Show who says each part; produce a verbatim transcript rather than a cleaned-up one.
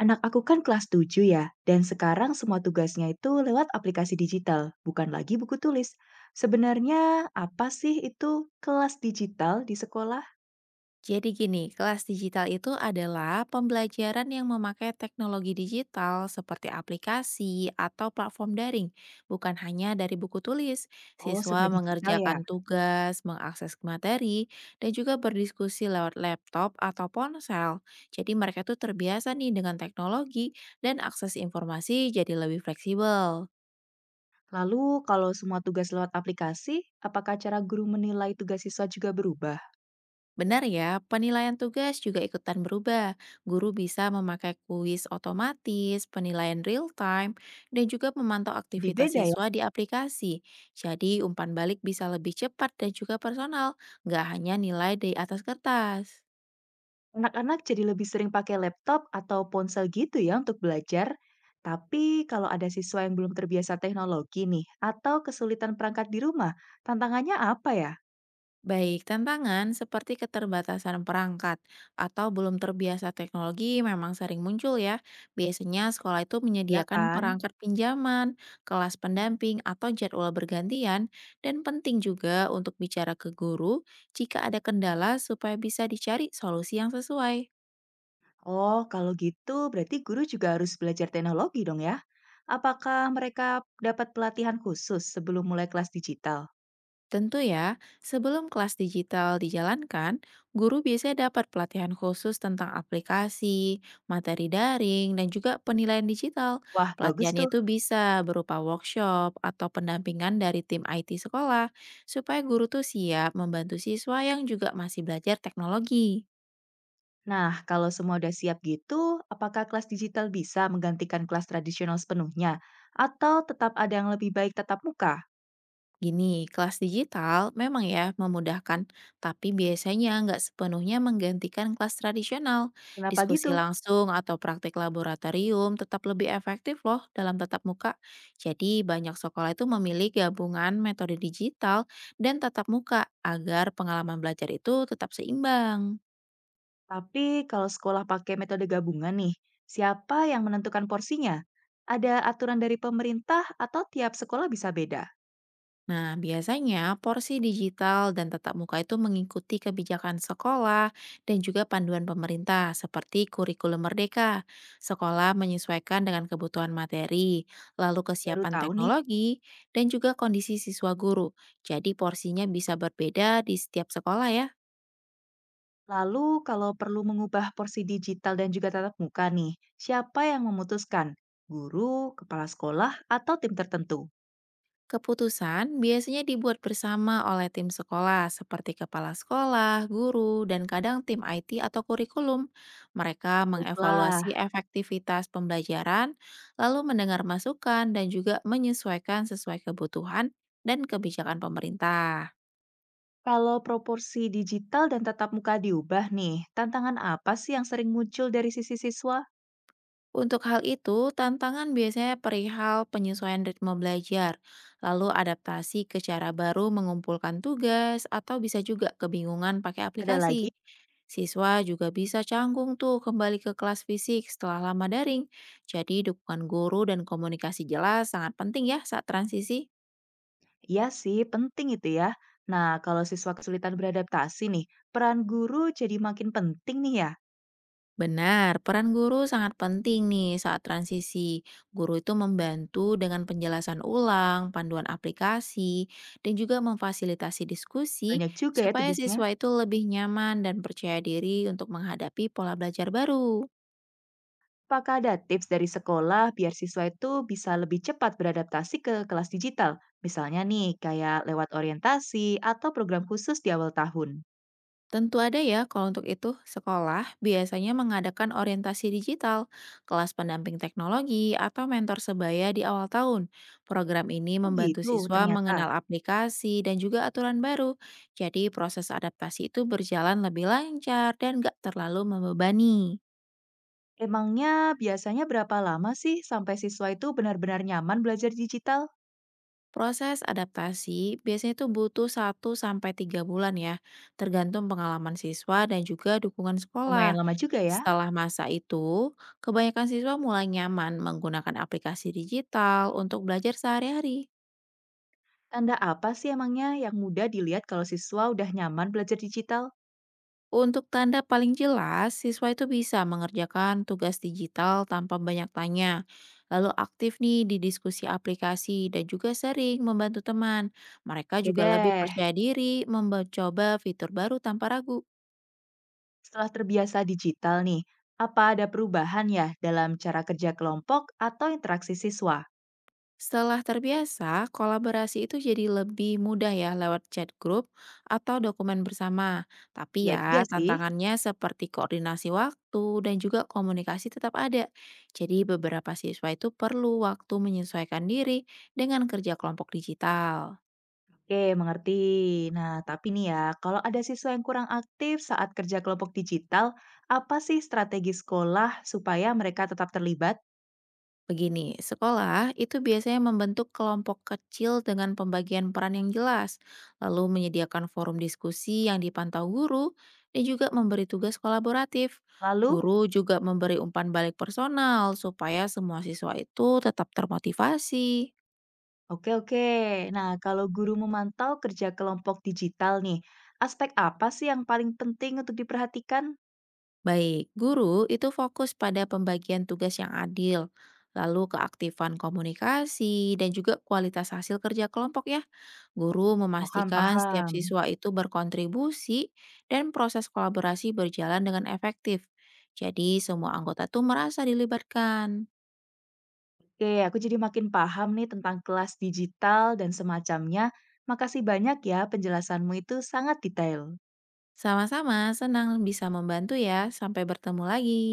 Speaker 1: Anak aku kan kelas tujuh ya, dan sekarang semua tugasnya itu lewat aplikasi digital, bukan lagi buku tulis. Sebenarnya apa sih itu kelas digital di sekolah?
Speaker 2: Jadi gini, kelas digital itu adalah pembelajaran yang memakai teknologi digital seperti aplikasi atau platform daring, bukan hanya dari buku tulis.
Speaker 1: Oh,
Speaker 2: Siswa
Speaker 1: serba digital ya.
Speaker 2: mengerjakan tugas, mengakses materi, dan juga berdiskusi lewat laptop atau ponsel. Jadi mereka tuh terbiasa nih dengan teknologi dan akses informasi jadi lebih fleksibel.
Speaker 1: Lalu kalau semua tugas lewat aplikasi, apakah cara guru menilai tugas siswa juga berubah?
Speaker 2: Benar ya, penilaian tugas juga ikutan berubah. Guru bisa memakai kuis otomatis, penilaian real time, dan juga memantau
Speaker 1: Jadi
Speaker 2: aktivitas
Speaker 1: beda ya.
Speaker 2: siswa di aplikasi. Jadi umpan balik bisa lebih cepat dan juga personal, nggak hanya nilai di atas kertas.
Speaker 1: Anak-anak jadi lebih sering pakai laptop atau ponsel gitu ya untuk belajar. Tapi kalau ada siswa yang belum terbiasa teknologi nih, atau kesulitan perangkat di rumah, tantangannya apa ya?
Speaker 2: Baik, tantangan seperti keterbatasan perangkat atau belum terbiasa teknologi memang sering muncul ya. Biasanya sekolah itu
Speaker 1: Ya
Speaker 2: menyediakan
Speaker 1: kan?
Speaker 2: perangkat pinjaman, kelas pendamping, atau jadwal bergantian, dan penting juga untuk bicara ke guru jika ada kendala supaya bisa dicari solusi yang sesuai.
Speaker 1: Oh, kalau gitu berarti guru juga harus belajar teknologi dong ya? Apakah mereka dapat pelatihan khusus sebelum mulai kelas digital?
Speaker 2: Tentu ya, sebelum kelas digital dijalankan, guru biasanya dapat pelatihan khusus tentang aplikasi, materi daring, dan juga penilaian digital.
Speaker 1: Wah, bagus
Speaker 2: Pelatihannya
Speaker 1: tuh.
Speaker 2: itu bisa berupa workshop atau pendampingan dari tim I T sekolah, supaya guru tuh siap membantu siswa yang juga masih belajar teknologi.
Speaker 1: Nah, kalau semua udah siap gitu, apakah kelas digital bisa menggantikan kelas tradisional sepenuhnya? Atau tetap ada yang lebih baik tetap muka?
Speaker 2: Gini, kelas digital memang ya memudahkan, tapi biasanya nggak sepenuhnya menggantikan kelas tradisional.
Speaker 1: Kenapa
Speaker 2: Diskusi
Speaker 1: gitu?
Speaker 2: langsung atau praktik laboratorium tetap lebih efektif loh dalam tatap muka. Jadi banyak sekolah itu memilih gabungan metode digital dan tatap muka agar pengalaman belajar itu tetap seimbang.
Speaker 1: Tapi kalau sekolah pakai metode gabungan nih, siapa yang menentukan porsinya? Ada aturan dari pemerintah atau tiap sekolah bisa beda?
Speaker 2: Nah, biasanya porsi digital dan tatap muka itu mengikuti kebijakan sekolah dan juga panduan pemerintah seperti kurikulum merdeka. Sekolah menyesuaikan dengan kebutuhan materi, lalu
Speaker 1: Baru
Speaker 2: kesiapan
Speaker 1: tahu nih.
Speaker 2: teknologi, dan juga kondisi siswa guru. Jadi porsinya bisa berbeda di setiap sekolah ya.
Speaker 1: Lalu kalau perlu mengubah porsi digital dan juga tatap muka nih, siapa yang memutuskan? Guru, kepala sekolah, atau tim tertentu?
Speaker 2: Keputusan biasanya dibuat bersama oleh tim sekolah seperti kepala sekolah, guru, dan kadang tim I T atau kurikulum. Mereka
Speaker 1: Baiklah,
Speaker 2: mengevaluasi efektivitas pembelajaran, lalu mendengar masukan dan juga menyesuaikan sesuai kebutuhan dan kebijakan pemerintah.
Speaker 1: kalau proporsi digital dan tatap muka diubah nih, tantangan apa sih yang sering muncul dari sisi siswa?
Speaker 2: Untuk hal itu, tantangan biasanya perihal penyesuaian ritme belajar, lalu adaptasi ke cara baru mengumpulkan tugas, atau bisa juga kebingungan pakai
Speaker 1: Ada lagi?
Speaker 2: aplikasi. Siswa juga bisa canggung tuh kembali ke kelas fisik setelah lama daring. Jadi dukungan guru dan komunikasi jelas sangat penting ya saat transisi.
Speaker 1: Iya sih, penting itu ya. Nah, kalau siswa kesulitan beradaptasi nih, peran guru jadi makin penting nih ya.
Speaker 2: Benar, peran guru sangat penting nih saat transisi. Guru itu membantu dengan penjelasan ulang, panduan aplikasi, dan juga memfasilitasi diskusi
Speaker 1: Banyak juga ya
Speaker 2: supaya
Speaker 1: tugasnya.
Speaker 2: siswa itu lebih nyaman dan percaya diri untuk menghadapi pola belajar baru.
Speaker 1: Apakah ada tips dari sekolah biar siswa itu bisa lebih cepat beradaptasi ke kelas digital? Misalnya nih, kayak lewat orientasi atau program khusus di awal tahun.
Speaker 2: Tentu ada ya, kalau untuk itu, sekolah biasanya mengadakan orientasi digital, kelas pendamping teknologi, atau mentor sebaya di awal tahun. Program ini
Speaker 1: Oh
Speaker 2: membantu
Speaker 1: gitu,
Speaker 2: siswa
Speaker 1: ternyata.
Speaker 2: mengenal aplikasi dan juga aturan baru, jadi proses adaptasi itu berjalan lebih lancar dan gak terlalu membebani.
Speaker 1: Emangnya biasanya berapa lama sih sampai siswa itu benar-benar nyaman belajar digital?
Speaker 2: Proses adaptasi biasanya itu butuh satu sampai tiga bulan ya, tergantung pengalaman siswa dan juga dukungan
Speaker 1: Lumayan
Speaker 2: sekolah.
Speaker 1: lama juga ya.
Speaker 2: Setelah masa itu, kebanyakan siswa mulai nyaman menggunakan aplikasi digital untuk belajar sehari-hari.
Speaker 1: Tanda apa sih emangnya yang mudah dilihat kalau siswa udah nyaman belajar digital?
Speaker 2: Untuk tanda paling jelas, siswa itu bisa mengerjakan tugas digital tanpa banyak tanya, lalu aktif nih di diskusi aplikasi dan juga sering membantu teman. Mereka
Speaker 1: Oke
Speaker 2: juga lebih
Speaker 1: deh,
Speaker 2: percaya diri mencoba fitur baru tanpa ragu.
Speaker 1: setelah terbiasa digital nih, apa ada perubahan ya dalam cara kerja kelompok atau interaksi siswa?
Speaker 2: Setelah terbiasa, kolaborasi itu jadi lebih mudah ya lewat chat grup atau dokumen bersama. Tapi
Speaker 1: Iya juga
Speaker 2: ya,
Speaker 1: sih.
Speaker 2: tantangannya seperti koordinasi waktu dan juga komunikasi tetap ada. Jadi beberapa siswa itu perlu waktu menyesuaikan diri dengan kerja kelompok digital.
Speaker 1: Oke, mengerti. Nah, tapi nih ya, kalau ada siswa yang kurang aktif saat kerja kelompok digital, apa sih strategi sekolah supaya mereka tetap terlibat?
Speaker 2: Begini, sekolah itu biasanya membentuk kelompok kecil dengan pembagian peran yang jelas, lalu menyediakan forum diskusi yang dipantau guru, dan juga memberi tugas kolaboratif.
Speaker 1: Lalu,
Speaker 2: Guru juga memberi umpan balik personal supaya semua siswa itu tetap termotivasi.
Speaker 1: oke oke. Nah, kalau guru memantau kerja kelompok digital nih, aspek apa sih yang paling penting untuk diperhatikan?
Speaker 2: Baik, guru itu fokus pada pembagian tugas yang adil, lalu keaktifan komunikasi, dan juga kualitas hasil kerja kelompok ya. Guru
Speaker 1: Paham,
Speaker 2: memastikan setiap
Speaker 1: paham.
Speaker 2: siswa itu berkontribusi dan proses kolaborasi berjalan dengan efektif. Jadi semua anggota tuh merasa dilibatkan.
Speaker 1: Oke, aku jadi makin paham nih tentang kelas digital dan semacamnya. Makasih banyak ya, penjelasanmu itu sangat detail.
Speaker 2: Sama-sama, senang bisa membantu ya. Sampai bertemu lagi.